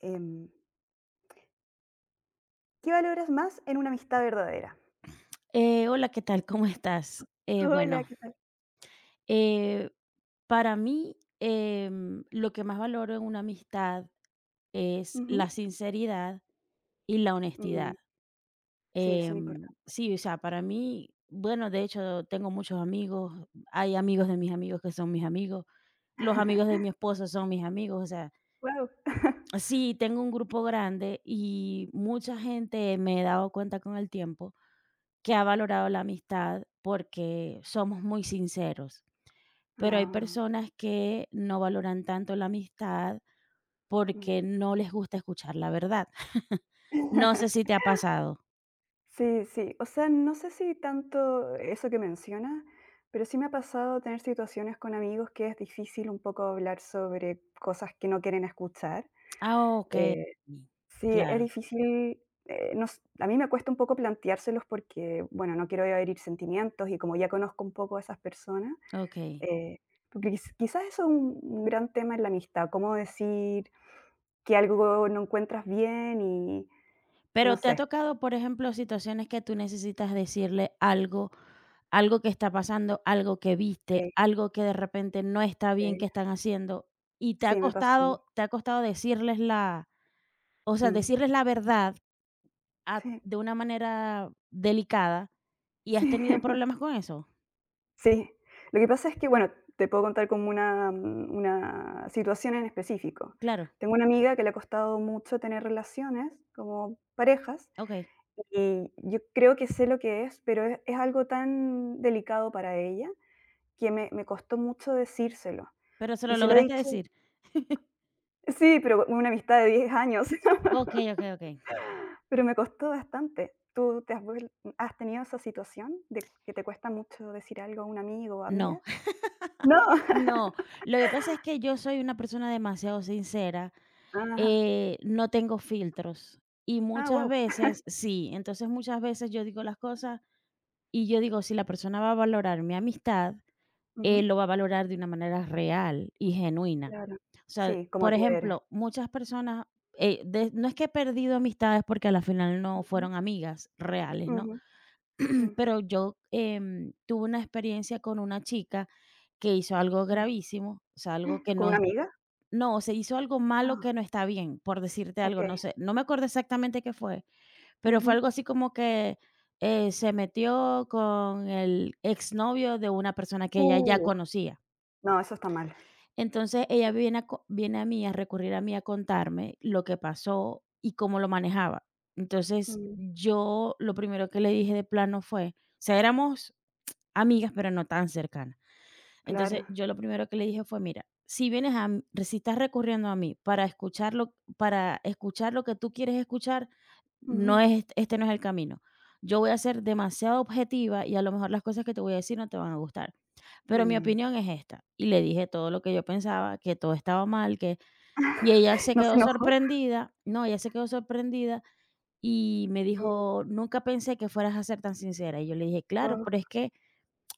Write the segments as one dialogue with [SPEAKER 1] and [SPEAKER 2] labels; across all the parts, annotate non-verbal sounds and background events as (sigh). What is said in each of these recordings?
[SPEAKER 1] Em, ¿Qué valoras más en una amistad verdadera?
[SPEAKER 2] Hola, ¿qué tal? ¿Cómo estás? Eh,
[SPEAKER 1] Hola,
[SPEAKER 2] bueno,
[SPEAKER 1] ¿qué tal?
[SPEAKER 2] eh, para mí lo que más valoro en una amistad es
[SPEAKER 1] Ujú.
[SPEAKER 2] la sinceridad y la
[SPEAKER 1] Mm,
[SPEAKER 2] honestidad.
[SPEAKER 1] sí, son
[SPEAKER 2] Em,
[SPEAKER 1] importantes.
[SPEAKER 2] sí, o sea, para mí, bueno, de hecho tengo muchos amigos, hay amigos de mis amigos que son mis amigos, los amigos de mi
[SPEAKER 1] (laughs)
[SPEAKER 2] esposo son mis amigos, o sea,
[SPEAKER 1] Wow. (laughs)
[SPEAKER 2] sí, tengo un grupo grande y mucha gente me he dado cuenta con el tiempo que ha valorado la amistad porque somos muy sinceros. Pero hay
[SPEAKER 1] Ah,
[SPEAKER 2] personas que no valoran tanto la amistad
[SPEAKER 1] mm.
[SPEAKER 2] porque no les gusta escuchar la verdad. (laughs) No sé si te
[SPEAKER 1] (laughs)
[SPEAKER 2] ha pasado.
[SPEAKER 1] Sí, sí. O sea, no sé si tanto eso que mencionas, pero sí me ha pasado tener situaciones con amigos que es difícil un poco hablar sobre cosas que no quieren escuchar.
[SPEAKER 2] Ah, okey.
[SPEAKER 1] Eh, sí, es
[SPEAKER 2] Claro,
[SPEAKER 1] difícil, no s a mí me cuesta un poco planteárselos porque, bueno, no quiero herir sentimientos y como ya conozco un poco a esas personas.
[SPEAKER 2] okey.
[SPEAKER 1] Eh, Porque quizás eso es un gran tema en la amistad: cómo decir que algo no encuentras bien y no
[SPEAKER 2] Pero, ¿te ha
[SPEAKER 1] sé.
[SPEAKER 2] tocado, por ejemplo, situaciones que tú necesitas decirle algo, algo que está pasando, algo que
[SPEAKER 1] Sí,
[SPEAKER 2] viste, algo que de repente no está bien
[SPEAKER 1] sí,
[SPEAKER 2] que están haciendo, y te ha
[SPEAKER 1] sí, me pasó.
[SPEAKER 2] costado te ha costado decirles la o sea,
[SPEAKER 1] Mm,
[SPEAKER 2] decirles la verdad. Ah,
[SPEAKER 1] sí,
[SPEAKER 2] de una manera delicada, ¿y has
[SPEAKER 1] sí, (laughs)
[SPEAKER 2] tenido problemas con eso?
[SPEAKER 1] sí. Lo que pasa es que, bueno, te puedo contar como una situación en específico.
[SPEAKER 2] Claro,
[SPEAKER 1] Tengo una amiga que le ha costado mucho tener relaciones como parejas,
[SPEAKER 2] okey,
[SPEAKER 1] y yo creo que sé lo que es, pero es algo tan delicado para ella que me costó mucho decírselo.
[SPEAKER 2] pero se
[SPEAKER 1] Y
[SPEAKER 2] lo
[SPEAKER 1] se lo he
[SPEAKER 2] lograste
[SPEAKER 1] dicho,
[SPEAKER 2] decir. (laughs)
[SPEAKER 1] sí, pero una amistad de 10 años,
[SPEAKER 2] Okey,
[SPEAKER 1] (laughs)
[SPEAKER 2] okey, okey.
[SPEAKER 1] pero me costó bastante. ¿Tú te has tenido esa situación de que te cuesta mucho decir algo a un amigo o
[SPEAKER 2] No,
[SPEAKER 1] amiga?
[SPEAKER 2] (laughs)
[SPEAKER 1] No. (laughs)
[SPEAKER 2] no, lo que pasa es que yo soy una persona demasiado sincera,
[SPEAKER 1] Ajá.
[SPEAKER 2] no tengo filtros y
[SPEAKER 1] Ah,
[SPEAKER 2] muchas
[SPEAKER 1] wow.
[SPEAKER 2] veces
[SPEAKER 1] (laughs)
[SPEAKER 2] sí, entonces muchas veces yo digo las cosas y yo digo, si la persona va a valorar mi amistad, él lo va a valorar de una manera real y genuina.
[SPEAKER 1] Claro.
[SPEAKER 2] O sea,
[SPEAKER 1] Sí, como
[SPEAKER 2] por
[SPEAKER 1] tú eres.
[SPEAKER 2] ejemplo, muchas personas, no es que he perdido amistades porque a la final no
[SPEAKER 1] Ujú.
[SPEAKER 2] fueron amigas reales, ¿no?
[SPEAKER 1] Ujú. Mm.
[SPEAKER 2] (clears throat) Pero yo tuve una experiencia con una chica que hizo algo
[SPEAKER 1] Mm.
[SPEAKER 2] gravísimo, o sea, algo que
[SPEAKER 1] ¿Con
[SPEAKER 2] no es,
[SPEAKER 1] una amiga?
[SPEAKER 2] no, se hizo algo malo
[SPEAKER 1] Ah,
[SPEAKER 2] que no está bien, por decirte algo, no
[SPEAKER 1] okey.
[SPEAKER 2] sé, no me acuerdo exactamente qué fue, pero fue
[SPEAKER 1] Ujú.
[SPEAKER 2] algo así como que se metió con el exnovio de una persona que ella ya
[SPEAKER 1] Uh,
[SPEAKER 2] conocía.
[SPEAKER 1] no, eso está mal.
[SPEAKER 2] Entonces ella viene a mí, a recurrir a mí a contarme lo que pasó y cómo lo manejaba. Entonces,
[SPEAKER 1] Mm,
[SPEAKER 2] yo lo primero que le dije de plano fue, o sea, éramos amigas, pero no tan cercanas. Entonces,
[SPEAKER 1] claro.
[SPEAKER 2] yo lo primero que le dije fue: "Mira, si estás recurriendo a mí para escucharlo, para escuchar lo que tú quieres escuchar,
[SPEAKER 1] Ujú.
[SPEAKER 2] no es el camino. Yo voy a ser demasiado objetiva y a lo mejor las cosas que te voy a decir no te van a gustar, pero mi
[SPEAKER 1] Mm.
[SPEAKER 2] opinión es esta". Y le dije todo lo que yo pensaba, que todo estaba mal, que
[SPEAKER 1] (laughs) ¿No se enojó?
[SPEAKER 2] ella se quedó sorprendida y me
[SPEAKER 1] Mm,
[SPEAKER 2] dijo: "Nunca pensé que fueras a ser tan sincera". Y yo le dije: "Claro, pero es que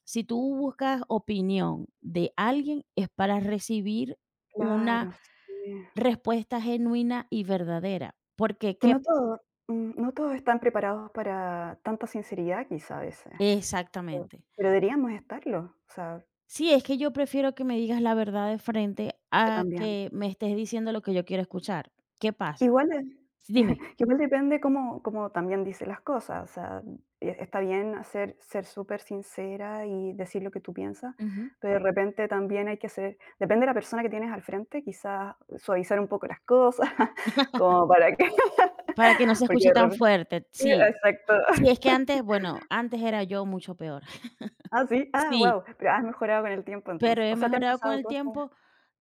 [SPEAKER 2] si tú buscas opinión de alguien, es para recibir una
[SPEAKER 1] claro, sí.
[SPEAKER 2] respuesta genuina y verdadera. Porque,
[SPEAKER 1] que
[SPEAKER 2] ¿qué?
[SPEAKER 1] no todo mm, No todos están preparados para tanta sinceridad quizá a veces, pero
[SPEAKER 2] Exactamente.
[SPEAKER 1] deberíamos estarlo, o sea,
[SPEAKER 2] Sí, es que yo prefiero que me digas la verdad de frente
[SPEAKER 1] yo
[SPEAKER 2] a
[SPEAKER 1] también.
[SPEAKER 2] que me estés diciendo lo que yo quiero escuchar. ¿Qué pasa?
[SPEAKER 1] Igual de
[SPEAKER 2] Dime.
[SPEAKER 1] Igual depende cómo también dice las cosas. O sea, está bien hacer ser súper sincera y decir lo que tú piensas,
[SPEAKER 2] Ujú.
[SPEAKER 1] pero de repente también hay que ser, depende de la persona que tienes al frente, quizás suavizar un poco las cosas, (laughs) como para que
[SPEAKER 2] Para que no se
[SPEAKER 1] (laughs) porque
[SPEAKER 2] escuche
[SPEAKER 1] de
[SPEAKER 2] tan
[SPEAKER 1] repente,
[SPEAKER 2] fuerte. Sí.
[SPEAKER 1] exacto.
[SPEAKER 2] Sí, es que antes, bueno, antes era yo mucho peor.
[SPEAKER 1] Ah,
[SPEAKER 2] (laughs)
[SPEAKER 1] sí, ah,
[SPEAKER 2] Sí.
[SPEAKER 1] wow. Pero has mejorado con el tiempo
[SPEAKER 2] Pero
[SPEAKER 1] entonces.
[SPEAKER 2] he
[SPEAKER 1] O sea, te han
[SPEAKER 2] mejorado con
[SPEAKER 1] pasado
[SPEAKER 2] el
[SPEAKER 1] cosas.
[SPEAKER 2] tiempo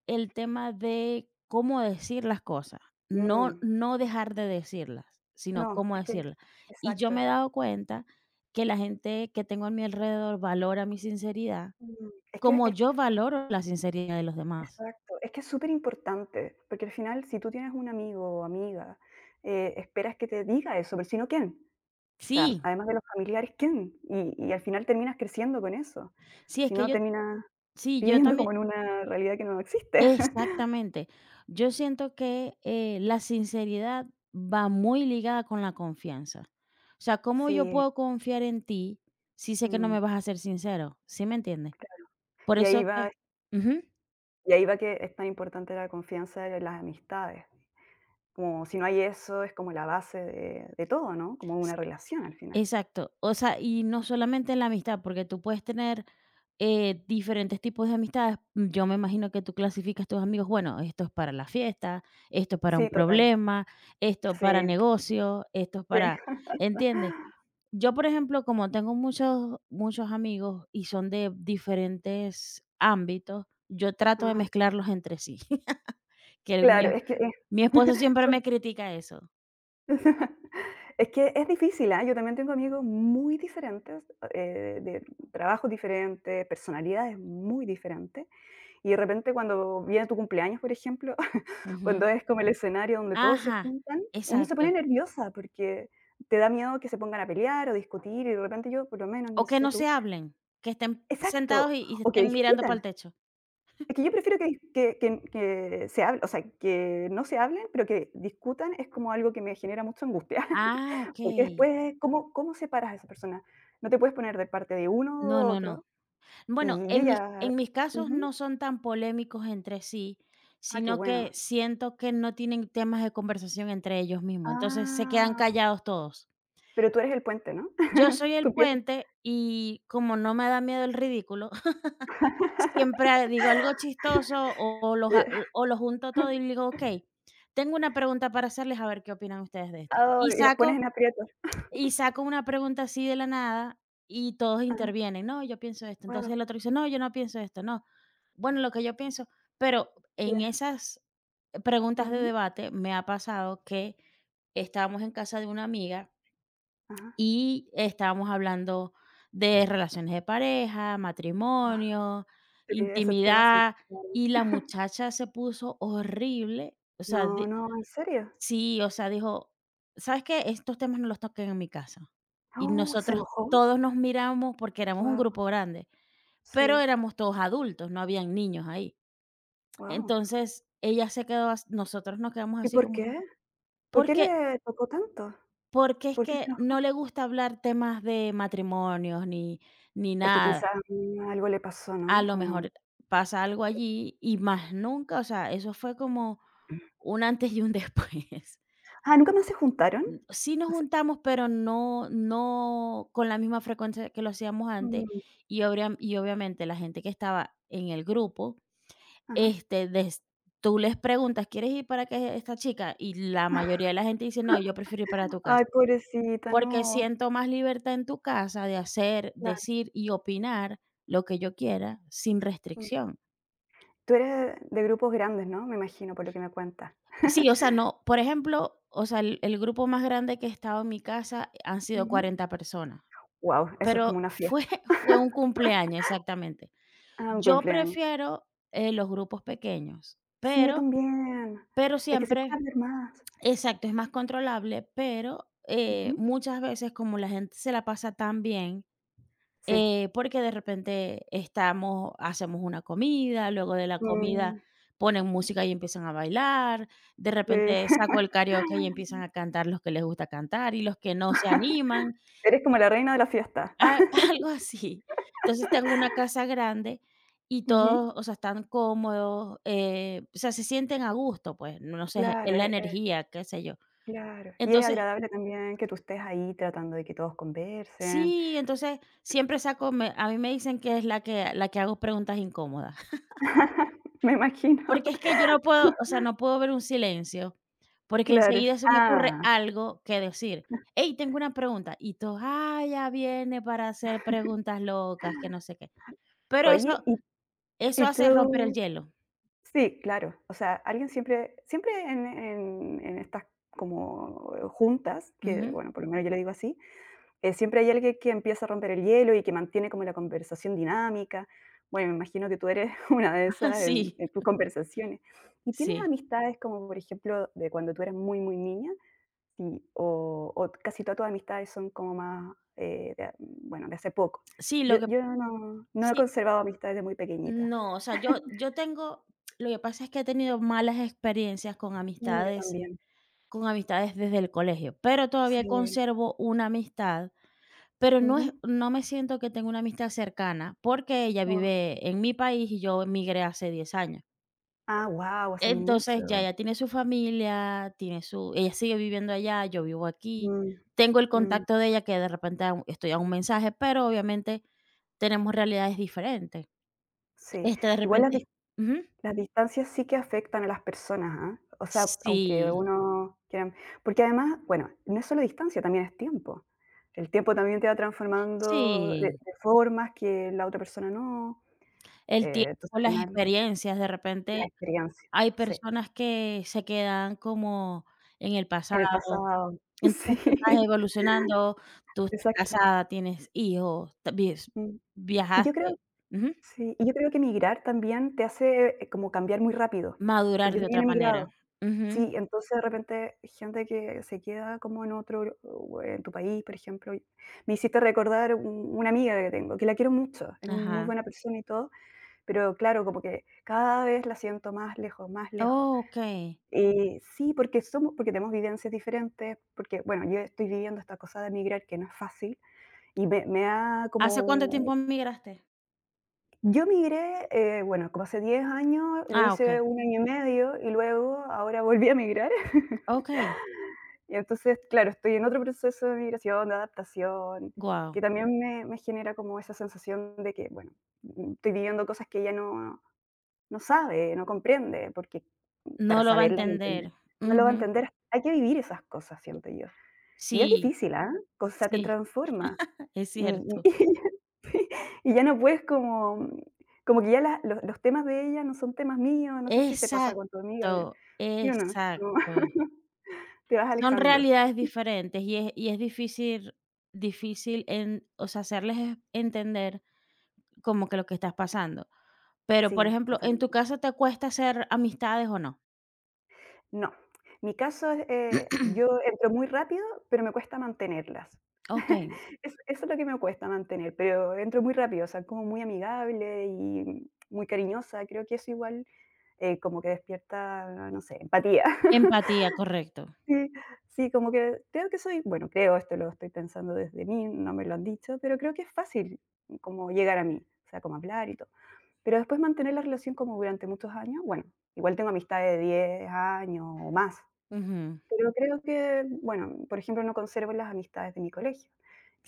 [SPEAKER 2] el tema de cómo decir las cosas, no
[SPEAKER 1] Mm,
[SPEAKER 2] no dejar de decirlas, sino
[SPEAKER 1] no,
[SPEAKER 2] cómo
[SPEAKER 1] es que
[SPEAKER 2] decirlas. Y yo
[SPEAKER 1] exacto,
[SPEAKER 2] me he dado cuenta que la gente que tengo a mi alrededor valora mi sinceridad,
[SPEAKER 1] mm, es que
[SPEAKER 2] como
[SPEAKER 1] es
[SPEAKER 2] yo valoro la sinceridad de los demás.
[SPEAKER 1] exacto, es que es súper importante porque al final, si tú tienes un amigo o amiga, esperas que te diga eso, pero si no, ¿quién? O sea,
[SPEAKER 2] Sí,
[SPEAKER 1] además de los familiares, ¿quién? Y al final terminas creciendo con eso,
[SPEAKER 2] sí, es
[SPEAKER 1] si
[SPEAKER 2] que
[SPEAKER 1] no,
[SPEAKER 2] yo
[SPEAKER 1] terminas
[SPEAKER 2] sí, yo
[SPEAKER 1] viviendo
[SPEAKER 2] también.
[SPEAKER 1] como en una realidad que no existe. (laughs)
[SPEAKER 2] Exactamente. Yo siento que, la sinceridad va muy ligada con la confianza. O sea, ¿cómo yo
[SPEAKER 1] Sí,
[SPEAKER 2] puedo confiar en ti si sé que no me
[SPEAKER 1] mm,
[SPEAKER 2] vas a ser sincero? ¿Sí me entiendes?
[SPEAKER 1] claro.
[SPEAKER 2] Por
[SPEAKER 1] Y
[SPEAKER 2] eso
[SPEAKER 1] ahí
[SPEAKER 2] que
[SPEAKER 1] va
[SPEAKER 2] ujú,
[SPEAKER 1] y ahí va que es tan importante la confianza de las amistades. Como si no hay eso, es como la base de todo, ¿no? Como
[SPEAKER 2] s
[SPEAKER 1] una relación al final.
[SPEAKER 2] exacto. O sea, y no solamente en la amistad, porque tú puedes tener, diferentes tipos de amistades. Yo me imagino que tú clasificas tus amigos, bueno, esto es para la fiesta, esto es para un
[SPEAKER 1] Sí, total.
[SPEAKER 2] problema, esto para
[SPEAKER 1] Sí,
[SPEAKER 2] negocio, esto es
[SPEAKER 1] sí.
[SPEAKER 2] para,
[SPEAKER 1] (laughs)
[SPEAKER 2] ¿entiendes? Yo, por ejemplo, como tengo muchos amigos y son de diferentes ámbitos, yo trato de
[SPEAKER 1] Ajá.
[SPEAKER 2] mezclarlos entre sí, (laughs) que mi
[SPEAKER 1] Claro, es que
[SPEAKER 2] mi
[SPEAKER 1] es
[SPEAKER 2] esposo
[SPEAKER 1] (laughs)
[SPEAKER 2] siempre
[SPEAKER 1] son
[SPEAKER 2] me critica eso.
[SPEAKER 1] (laughs) es que es difícil, ¿ah? Yo también tengo amigos muy diferentes, de trabajos diferentes, personalidades muy diferentes, y de repente cuando viene tu cumpleaños, por ejemplo, (laughs)
[SPEAKER 2] Ujú.
[SPEAKER 1] cuando es como el escenario donde todos se
[SPEAKER 2] Ajá,
[SPEAKER 1] juntan, uno se pone
[SPEAKER 2] exacto.
[SPEAKER 1] nerviosa porque te da miedo que se pongan a pelear o discutir, y de repente yo, por lo menos,
[SPEAKER 2] O
[SPEAKER 1] no
[SPEAKER 2] que
[SPEAKER 1] sé
[SPEAKER 2] no se
[SPEAKER 1] tú.
[SPEAKER 2] hablen, que estén
[SPEAKER 1] Exacto,
[SPEAKER 2] sentados y se
[SPEAKER 1] o que
[SPEAKER 2] estén mirando
[SPEAKER 1] discutan.
[SPEAKER 2] para el techo.
[SPEAKER 1] Es que yo prefiero que dis que se hable, o sea, que no se hablen, pero que discutan es como algo que me genera mucha angustia,
[SPEAKER 2] Ah,
[SPEAKER 1] (laughs) porque
[SPEAKER 2] okey.
[SPEAKER 1] después, ¿cómo separas a esa persona? No te puedes poner de parte de uno o de
[SPEAKER 2] No, no,
[SPEAKER 1] otro,
[SPEAKER 2] no. Bueno,
[SPEAKER 1] y yo
[SPEAKER 2] en mis
[SPEAKER 1] ya,
[SPEAKER 2] en mis casos
[SPEAKER 1] ujú.
[SPEAKER 2] no son tan polémicos entre sí,
[SPEAKER 1] Ah, qué
[SPEAKER 2] sino
[SPEAKER 1] bueno.
[SPEAKER 2] que siento que no tienen temas de conversación entre ellos mismos, entonces se quedan
[SPEAKER 1] Ah,
[SPEAKER 2] callados todos.
[SPEAKER 1] pero tú eres el puente, ¿no?
[SPEAKER 2] Yo
[SPEAKER 1] (laughs)
[SPEAKER 2] soy
[SPEAKER 1] Tú
[SPEAKER 2] el
[SPEAKER 1] empiezas,
[SPEAKER 2] puente y como no me da miedo el ridículo, (laughs) siempre digo algo chistoso o lo ja
[SPEAKER 1] ya.
[SPEAKER 2] o lo junto todo y digo: "Okey, tengo una pregunta para hacerles, a ver qué opinan ustedes de esto". Y
[SPEAKER 1] Ay, y los pones
[SPEAKER 2] saco
[SPEAKER 1] en aprietos.
[SPEAKER 2] y saco una pregunta así de la nada y todos
[SPEAKER 1] Ajá.
[SPEAKER 2] intervienen: "No, yo pienso esto". Entonces
[SPEAKER 1] Guau,
[SPEAKER 2] el otro dice: "No, yo no pienso esto, no". Bueno, lo que yo pienso, pero en
[SPEAKER 1] ya.
[SPEAKER 2] esas preguntas de
[SPEAKER 1] Ujú.
[SPEAKER 2] debate me ha pasado que estábamos en casa de una amiga
[SPEAKER 1] Ajá.
[SPEAKER 2] y estábamos hablando de relaciones de pareja,
[SPEAKER 1] Ah,
[SPEAKER 2] matrimonio,
[SPEAKER 1] sí, ese tema siempre.
[SPEAKER 2] intimidad, y la
[SPEAKER 1] (laughs)
[SPEAKER 2] muchacha se puso horrible. O sea,
[SPEAKER 1] No,
[SPEAKER 2] di
[SPEAKER 1] no, ¿en serio?
[SPEAKER 2] sí, o sea, dijo: "¿Sabes qué? Estos temas no los toquen en mi casa". Y
[SPEAKER 1] Oh, ¿se
[SPEAKER 2] nosotros
[SPEAKER 1] enojó?
[SPEAKER 2] todos nos miramos porque éramos un
[SPEAKER 1] Guau,
[SPEAKER 2] grupo grande, pero
[SPEAKER 1] sí,
[SPEAKER 2] éramos todos adultos, no habían niños ahí.
[SPEAKER 1] guau.
[SPEAKER 2] Entonces, ella se quedó as nosotros nos quedamos
[SPEAKER 1] ¿Y
[SPEAKER 2] así
[SPEAKER 1] por
[SPEAKER 2] como
[SPEAKER 1] qué? ¿Por qué
[SPEAKER 2] porque.
[SPEAKER 1] le tocó tanto?
[SPEAKER 2] Porque es
[SPEAKER 1] ¿Por qué
[SPEAKER 2] que
[SPEAKER 1] se
[SPEAKER 2] no
[SPEAKER 1] enojó?
[SPEAKER 2] le gusta hablar temas de matrimonios ni ni
[SPEAKER 1] Es que
[SPEAKER 2] nada.
[SPEAKER 1] quizás, mm, algo le pasó,
[SPEAKER 2] A
[SPEAKER 1] ¿no?
[SPEAKER 2] lo
[SPEAKER 1] Como,
[SPEAKER 2] mejor pasa algo allí y más nunca, o sea, eso fue como un antes y un después. (laughs)
[SPEAKER 1] ah, ¿nunca más se juntaron?
[SPEAKER 2] Sí nos
[SPEAKER 1] O se,
[SPEAKER 2] juntamos, pero no con la misma frecuencia que lo hacíamos antes,
[SPEAKER 1] mm,
[SPEAKER 2] y obria y obviamente la gente que estaba en el grupo,
[SPEAKER 1] ajá.
[SPEAKER 2] este, des tú les preguntas: "¿Quieres ir para que esta chica?", y la mayoría
[SPEAKER 1] (laughs)
[SPEAKER 2] de la gente dice: "No, yo prefiero ir para tu
[SPEAKER 1] Ay,
[SPEAKER 2] casa".
[SPEAKER 1] pobrecita,
[SPEAKER 2] Porque
[SPEAKER 1] no,
[SPEAKER 2] siento más libertad en tu casa de hacer,
[SPEAKER 1] claro,
[SPEAKER 2] decir y opinar lo que yo quiera sin
[SPEAKER 1] mm.
[SPEAKER 2] restricción.
[SPEAKER 1] Tú eres de grupos grandes, ¿no? Me imagino, por lo que me cuentas.
[SPEAKER 2] Sí, o sea,
[SPEAKER 1] (laughs)
[SPEAKER 2] no, por ejemplo, o sea, el grupo más grande que he estado en mi casa han sido
[SPEAKER 1] Ujú.
[SPEAKER 2] 40 personas,
[SPEAKER 1] Guau, eso es como
[SPEAKER 2] pero
[SPEAKER 1] una fiesta.
[SPEAKER 2] fue (laughs) fue un
[SPEAKER 1] (laughs)
[SPEAKER 2] cumpleaños, exactamente.
[SPEAKER 1] Ah, un
[SPEAKER 2] Yo
[SPEAKER 1] cumpleaños.
[SPEAKER 2] prefiero, los grupos pequeños,
[SPEAKER 1] Sí, yo también.
[SPEAKER 2] pero
[SPEAKER 1] Es que se puede
[SPEAKER 2] siempre
[SPEAKER 1] hablar más.
[SPEAKER 2] exacto, es más controlable, pero,
[SPEAKER 1] Ujú.
[SPEAKER 2] muchas veces, como la gente se la pasa tan bien.
[SPEAKER 1] Sí.
[SPEAKER 2] Porque de repente estamos hacemos una comida, luego de la comida
[SPEAKER 1] Mm,
[SPEAKER 2] ponen música y empiezan a bailar, de
[SPEAKER 1] sí.
[SPEAKER 2] repente saco el karaoke y
[SPEAKER 1] (laughs)
[SPEAKER 2] empiezan a cantar los que les gusta cantar y los que no se animan,
[SPEAKER 1] Eres como la reina de la fiesta.
[SPEAKER 2] a
[SPEAKER 1] (laughs)
[SPEAKER 2] (laughs) algo así. Entonces, tengo una casa grande y
[SPEAKER 1] Ujú.
[SPEAKER 2] todos, o sea, están cómodos, o sea, se sienten a gusto, pues, no sé, es
[SPEAKER 1] Claro,
[SPEAKER 2] la energía, qué sé yo.
[SPEAKER 1] claro. Y es
[SPEAKER 2] Entonces
[SPEAKER 1] agradable también que tú estés ahí tratando de que todos conversen.
[SPEAKER 2] sí, entonces siempre saco me a mí me dicen que es la que hago preguntas incómodas.
[SPEAKER 1] (laughs) Me imagino.
[SPEAKER 2] Porque es que yo no puedo, o sea, no puedo ver un silencio, porque
[SPEAKER 1] Claro.
[SPEAKER 2] enseguida se me ocurre
[SPEAKER 1] Ah,
[SPEAKER 2] algo que decir. Hey, tengo una pregunta. Y tú, ah, ya viene para hacer preguntas locas, que no sé qué. Pero eso
[SPEAKER 1] oye,
[SPEAKER 2] eso
[SPEAKER 1] ¿y
[SPEAKER 2] hace romper el
[SPEAKER 1] tú?
[SPEAKER 2] hielo.
[SPEAKER 1] Sí, claro. O sea, alguien siempre siempre en en estas como juntas, que,
[SPEAKER 2] Ujú.
[SPEAKER 1] bueno, por lo menos yo le digo así. Siempre hay alguien que empieza a romper el hielo y que mantiene como la conversación dinámica. Bueno, me imagino que tú eres (laughs) una de
[SPEAKER 2] (laughs)
[SPEAKER 1] esas
[SPEAKER 2] Sí,
[SPEAKER 1] en tus conversaciones. ¿Y tienes
[SPEAKER 2] sí.
[SPEAKER 1] amistades como, por ejemplo, de cuando tú eras muy, muy niña? Sí, o casi todas tus amistades son como más, de bueno, de hace poco.
[SPEAKER 2] Sí,
[SPEAKER 1] Yo,
[SPEAKER 2] lo que
[SPEAKER 1] yo no, no he
[SPEAKER 2] sí,
[SPEAKER 1] conservado amistades de muy pequeñita.
[SPEAKER 2] no, o sea, yo yo tengo lo que pasa es que he tenido malas experiencias con
[SPEAKER 1] Mm, yo
[SPEAKER 2] amistades
[SPEAKER 1] también.
[SPEAKER 2] con amistades desde el colegio, pero todavía
[SPEAKER 1] Sí.
[SPEAKER 2] conservo una amistad. Pero no es
[SPEAKER 1] Ujú.
[SPEAKER 2] no me siento que tengo una amistad cercana, porque ella
[SPEAKER 1] Oh.
[SPEAKER 2] vive en mi país y yo emigré hace 10 años.
[SPEAKER 1] Ah, wow, hace mucho.
[SPEAKER 2] Entonces, ya ella tiene su familia, tiene su ella sigue viviendo allá, yo vivo aquí.
[SPEAKER 1] Mm,
[SPEAKER 2] Tengo el
[SPEAKER 1] mm,
[SPEAKER 2] contacto de ella que de repente a estoy a un mensaje, pero obviamente tenemos realidades diferentes.
[SPEAKER 1] sí.
[SPEAKER 2] Este, de
[SPEAKER 1] Igual
[SPEAKER 2] repente ujú.
[SPEAKER 1] las distancias sí que afectan a las personas, ¿ah? O sea, aunque
[SPEAKER 2] Sí,
[SPEAKER 1] uno quiera, porque además, bueno, no es solo distancia, también es tiempo. El tiempo también te va transformando de
[SPEAKER 2] sí.
[SPEAKER 1] formas que la otra persona no,
[SPEAKER 2] El tiempo,
[SPEAKER 1] entonces al
[SPEAKER 2] las
[SPEAKER 1] final
[SPEAKER 2] experiencias, de repente
[SPEAKER 1] la experiencia,
[SPEAKER 2] hay
[SPEAKER 1] sí,
[SPEAKER 2] personas que se quedan como en el pasado.
[SPEAKER 1] en el pasado, (laughs)
[SPEAKER 2] Entonces,
[SPEAKER 1] sí,
[SPEAKER 2] tú estás evolucionando, tú estás
[SPEAKER 1] exacto,
[SPEAKER 2] casada, tienes hijos, ta vies
[SPEAKER 1] mm. Y yo
[SPEAKER 2] viajaste,
[SPEAKER 1] creo
[SPEAKER 2] ujú,
[SPEAKER 1] Sí, y yo creo que emigrar también te hace, como cambiar muy rápido,
[SPEAKER 2] madurar
[SPEAKER 1] porque yo
[SPEAKER 2] de
[SPEAKER 1] también
[SPEAKER 2] otra
[SPEAKER 1] he
[SPEAKER 2] manera.
[SPEAKER 1] emigrado.
[SPEAKER 2] Ujú,
[SPEAKER 1] Sí, entonces de repente gente que se queda como en otro o en tu país, por ejemplo. Me hiciste recordar u una amiga que tengo, que la quiero mucho, es muy
[SPEAKER 2] ajá.
[SPEAKER 1] buena persona y todo, pero claro, como que cada vez la siento más lejos, más lejos.
[SPEAKER 2] Okey.
[SPEAKER 1] Y sí, porque somos, porque tenemos vivencias diferentes, porque, bueno, yo estoy viviendo esta cosa de emigrar que no es fácil y me da
[SPEAKER 2] ¿Hace cuánto tiempo
[SPEAKER 1] como.
[SPEAKER 2] emigraste?
[SPEAKER 1] Yo migré, bueno, como hace 10 años, lo
[SPEAKER 2] Ah,
[SPEAKER 1] hice
[SPEAKER 2] okey,
[SPEAKER 1] un año y medio y luego ahora volví a migrar. (laughs)
[SPEAKER 2] okey,
[SPEAKER 1] Y entonces, claro, estoy en otro proceso de migración, de adaptación,
[SPEAKER 2] guau.
[SPEAKER 1] que también me genera como esa sensación de que, bueno, mm, estoy viviendo cosas que ella no, no sabe, no comprende, porque para
[SPEAKER 2] No lo va a
[SPEAKER 1] saberlas y entender,
[SPEAKER 2] entender.
[SPEAKER 1] no lo va a
[SPEAKER 2] Ujú.
[SPEAKER 1] entender. Hay que vivir esas cosas, siento yo. Y es
[SPEAKER 2] Sí,
[SPEAKER 1] difícil, ¿ah? O sea, te
[SPEAKER 2] sí,
[SPEAKER 1] transforma.
[SPEAKER 2] (laughs) es
[SPEAKER 1] Y, y,
[SPEAKER 2] cierto.
[SPEAKER 1] (laughs) sí, y ya no puedes como, como que ya los temas de ella no son temas míos, no sé si te pasa con tu amiga,
[SPEAKER 2] Exacto,
[SPEAKER 1] pero, ¿sí o no? Como
[SPEAKER 2] exacto.
[SPEAKER 1] (laughs) te vas
[SPEAKER 2] Son
[SPEAKER 1] alejando.
[SPEAKER 2] realidades diferentes y es difícil difícil en o sea, hacerles entender como que lo que estás pasando. Pero, por
[SPEAKER 1] Sí,
[SPEAKER 2] ejemplo, ¿en
[SPEAKER 1] totalmente.
[SPEAKER 2] tu caso te cuesta hacer amistades o no?
[SPEAKER 1] No, mi caso es, yo entro muy rápido, pero me cuesta mantenerlas. (laughs)
[SPEAKER 2] Okey,
[SPEAKER 1] Es eso es lo que me cuesta mantener, pero entro muy rápido, o sea, como muy amigable y muy cariñosa, creo que eso igual, como que despierta, no sé, empatía. (laughs)
[SPEAKER 2] empatía, correcto.
[SPEAKER 1] Sí, sí, como que creo que soy, bueno, creo, esto lo estoy pensando desde mí, no me lo han dicho, pero creo que es fácil como llegar a mí, o sea, como hablar y todo. Pero después mantener la relación como durante muchos años, bueno, igual tengo amistades de 10 años o más,
[SPEAKER 2] Ujú,
[SPEAKER 1] pero creo que, bueno, por ejemplo, no conservo las amistades de mi colegio.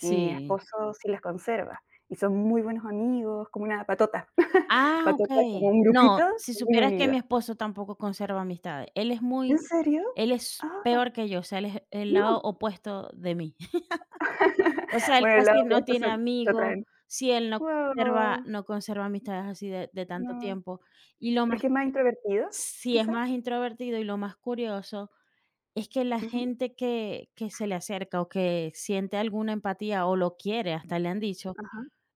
[SPEAKER 1] Mi esposo sí las conserva y son muy buenos amigos, como una patota. (laughs)
[SPEAKER 2] Ah,
[SPEAKER 1] Patota es como
[SPEAKER 2] okey.
[SPEAKER 1] un grupito
[SPEAKER 2] No, si
[SPEAKER 1] muy
[SPEAKER 2] supieras que mi
[SPEAKER 1] unido.
[SPEAKER 2] esposo tampoco conserva amistades.
[SPEAKER 1] ¿En serio?
[SPEAKER 2] Él es
[SPEAKER 1] Ah,
[SPEAKER 2] peor que yo, o sea, él es el lado
[SPEAKER 1] no.
[SPEAKER 2] opuesto de mí. (laughs)
[SPEAKER 1] (laughs)
[SPEAKER 2] O sea, él
[SPEAKER 1] Bueno, el lado
[SPEAKER 2] casi no
[SPEAKER 1] opuesto
[SPEAKER 2] tiene
[SPEAKER 1] se
[SPEAKER 2] amigos,
[SPEAKER 1] atraen.
[SPEAKER 2] si él no conserva
[SPEAKER 1] Wow,
[SPEAKER 2] no conserva amistades así de tanto
[SPEAKER 1] no.
[SPEAKER 2] tiempo. Y lo
[SPEAKER 1] Es
[SPEAKER 2] más
[SPEAKER 1] que es más introvertido,
[SPEAKER 2] si es
[SPEAKER 1] quizás.
[SPEAKER 2] más introvertido y lo más curioso. Es que la
[SPEAKER 1] Ujú,
[SPEAKER 2] gente que se le acerca o que siente alguna empatía o lo quiere, hasta le han dicho,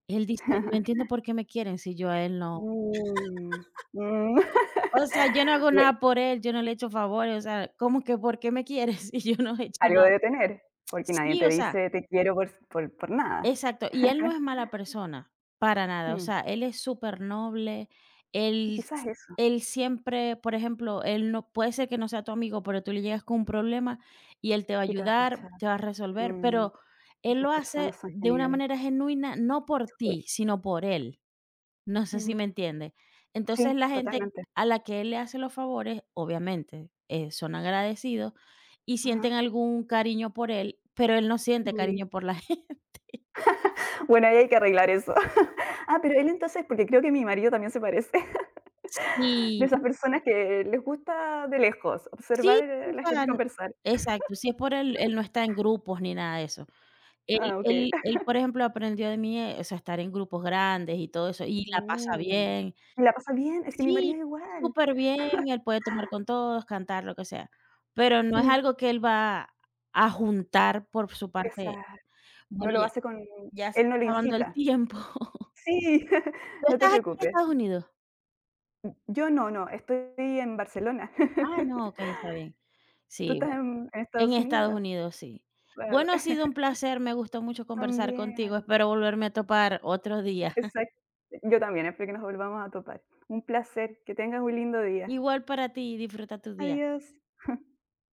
[SPEAKER 2] él
[SPEAKER 1] ajá.
[SPEAKER 2] dice: "No entiendo
[SPEAKER 1] (laughs)
[SPEAKER 2] por qué me quieren si yo a él no,
[SPEAKER 1] Mm, mm.
[SPEAKER 2] o sea, yo no
[SPEAKER 1] (laughs)
[SPEAKER 2] hago
[SPEAKER 1] Bueno,
[SPEAKER 2] nada por él, yo no le he hecho favores, o sea, ¿cómo que por qué me quieres (laughs) si yo no he hecho
[SPEAKER 1] algo
[SPEAKER 2] nada?".
[SPEAKER 1] debe tener, porque nadie
[SPEAKER 2] Sí,
[SPEAKER 1] te
[SPEAKER 2] o sea,
[SPEAKER 1] dice: "Te quiero" por nada.
[SPEAKER 2] exacto, y él no
[SPEAKER 1] (laughs)
[SPEAKER 2] es mala persona, para nada, o
[SPEAKER 1] Mm.
[SPEAKER 2] sea, él es súper noble,
[SPEAKER 1] Y
[SPEAKER 2] él s
[SPEAKER 1] quizás eso,
[SPEAKER 2] él siempre, por ejemplo, él no puede ser que no sea tu amigo, pero tú le llegas con un problema y él te va a
[SPEAKER 1] y te va a
[SPEAKER 2] ayudar,
[SPEAKER 1] escuchar.
[SPEAKER 2] te va a resolver,
[SPEAKER 1] Mm,
[SPEAKER 2] pero él
[SPEAKER 1] esas
[SPEAKER 2] lo hace
[SPEAKER 1] personas son
[SPEAKER 2] de una
[SPEAKER 1] geniales.
[SPEAKER 2] manera genuina, no por
[SPEAKER 1] Sí.
[SPEAKER 2] ti, sino por él, no sé si me
[SPEAKER 1] Mm,
[SPEAKER 2] entiende. Entonces,
[SPEAKER 1] sí,
[SPEAKER 2] la gente
[SPEAKER 1] totalmente.
[SPEAKER 2] a la que él le hace los favores, obviamente, son agradecidos y
[SPEAKER 1] Ajá.
[SPEAKER 2] sienten algún cariño por él, pero él no siente
[SPEAKER 1] Mm.
[SPEAKER 2] cariño por la (laughs) gente.
[SPEAKER 1] (laughs) Bueno, ahí hay que arreglar eso. (laughs) Ah, pero él entonces, porque creo que mi marido también se parece, (laughs) de esas personas que les gusta de lejos
[SPEAKER 2] Sí,
[SPEAKER 1] observar a
[SPEAKER 2] o
[SPEAKER 1] la
[SPEAKER 2] sea,
[SPEAKER 1] gente conversar.
[SPEAKER 2] exacto, si es por él, él no está en grupos ni nada de eso. Él
[SPEAKER 1] Ah, okey.
[SPEAKER 2] él él,
[SPEAKER 1] (laughs)
[SPEAKER 2] por ejemplo, aprendió de mí, o sea, estar en grupos grandes y todo eso, y la pasa
[SPEAKER 1] Mm.
[SPEAKER 2] bien.
[SPEAKER 1] Y la pasa bien, es que mi
[SPEAKER 2] Sí,
[SPEAKER 1] marido es igual.
[SPEAKER 2] súper bien. Él puede tomar con todos, cantar, lo que sea, pero no es
[SPEAKER 1] Sí,
[SPEAKER 2] algo que él va a juntar por su
[SPEAKER 1] esa
[SPEAKER 2] parte.
[SPEAKER 1] no
[SPEAKER 2] Bueno,
[SPEAKER 1] lo
[SPEAKER 2] ya
[SPEAKER 1] hace con
[SPEAKER 2] ya se
[SPEAKER 1] él,
[SPEAKER 2] está
[SPEAKER 1] no lo
[SPEAKER 2] acabando el
[SPEAKER 1] incita.
[SPEAKER 2] tiempo. (laughs)
[SPEAKER 1] Sí,
[SPEAKER 2] ¿Tú
[SPEAKER 1] (laughs) no te
[SPEAKER 2] estás aquí en
[SPEAKER 1] preocupes.
[SPEAKER 2] Estados Unidos?
[SPEAKER 1] Yo no, no, estoy en Barcelona.
[SPEAKER 2] Ah, no, okey,
[SPEAKER 1] (laughs)
[SPEAKER 2] está bien.
[SPEAKER 1] Tú
[SPEAKER 2] Sí,
[SPEAKER 1] estás
[SPEAKER 2] bueno.
[SPEAKER 1] en
[SPEAKER 2] En
[SPEAKER 1] Estados
[SPEAKER 2] Estados
[SPEAKER 1] Unidos.
[SPEAKER 2] Unidos, sí.
[SPEAKER 1] Claro.
[SPEAKER 2] Bueno, ha sido un
[SPEAKER 1] (laughs)
[SPEAKER 2] placer, me gustó mucho conversar contigo,
[SPEAKER 1] También,
[SPEAKER 2] espero volverme a topar otro día.
[SPEAKER 1] exacto. Yo también, espero que nos volvamos a topar. Un placer, que tengas un lindo
[SPEAKER 2] (laughs)
[SPEAKER 1] día.
[SPEAKER 2] Igual para ti, disfruta tu día.
[SPEAKER 1] Adiós.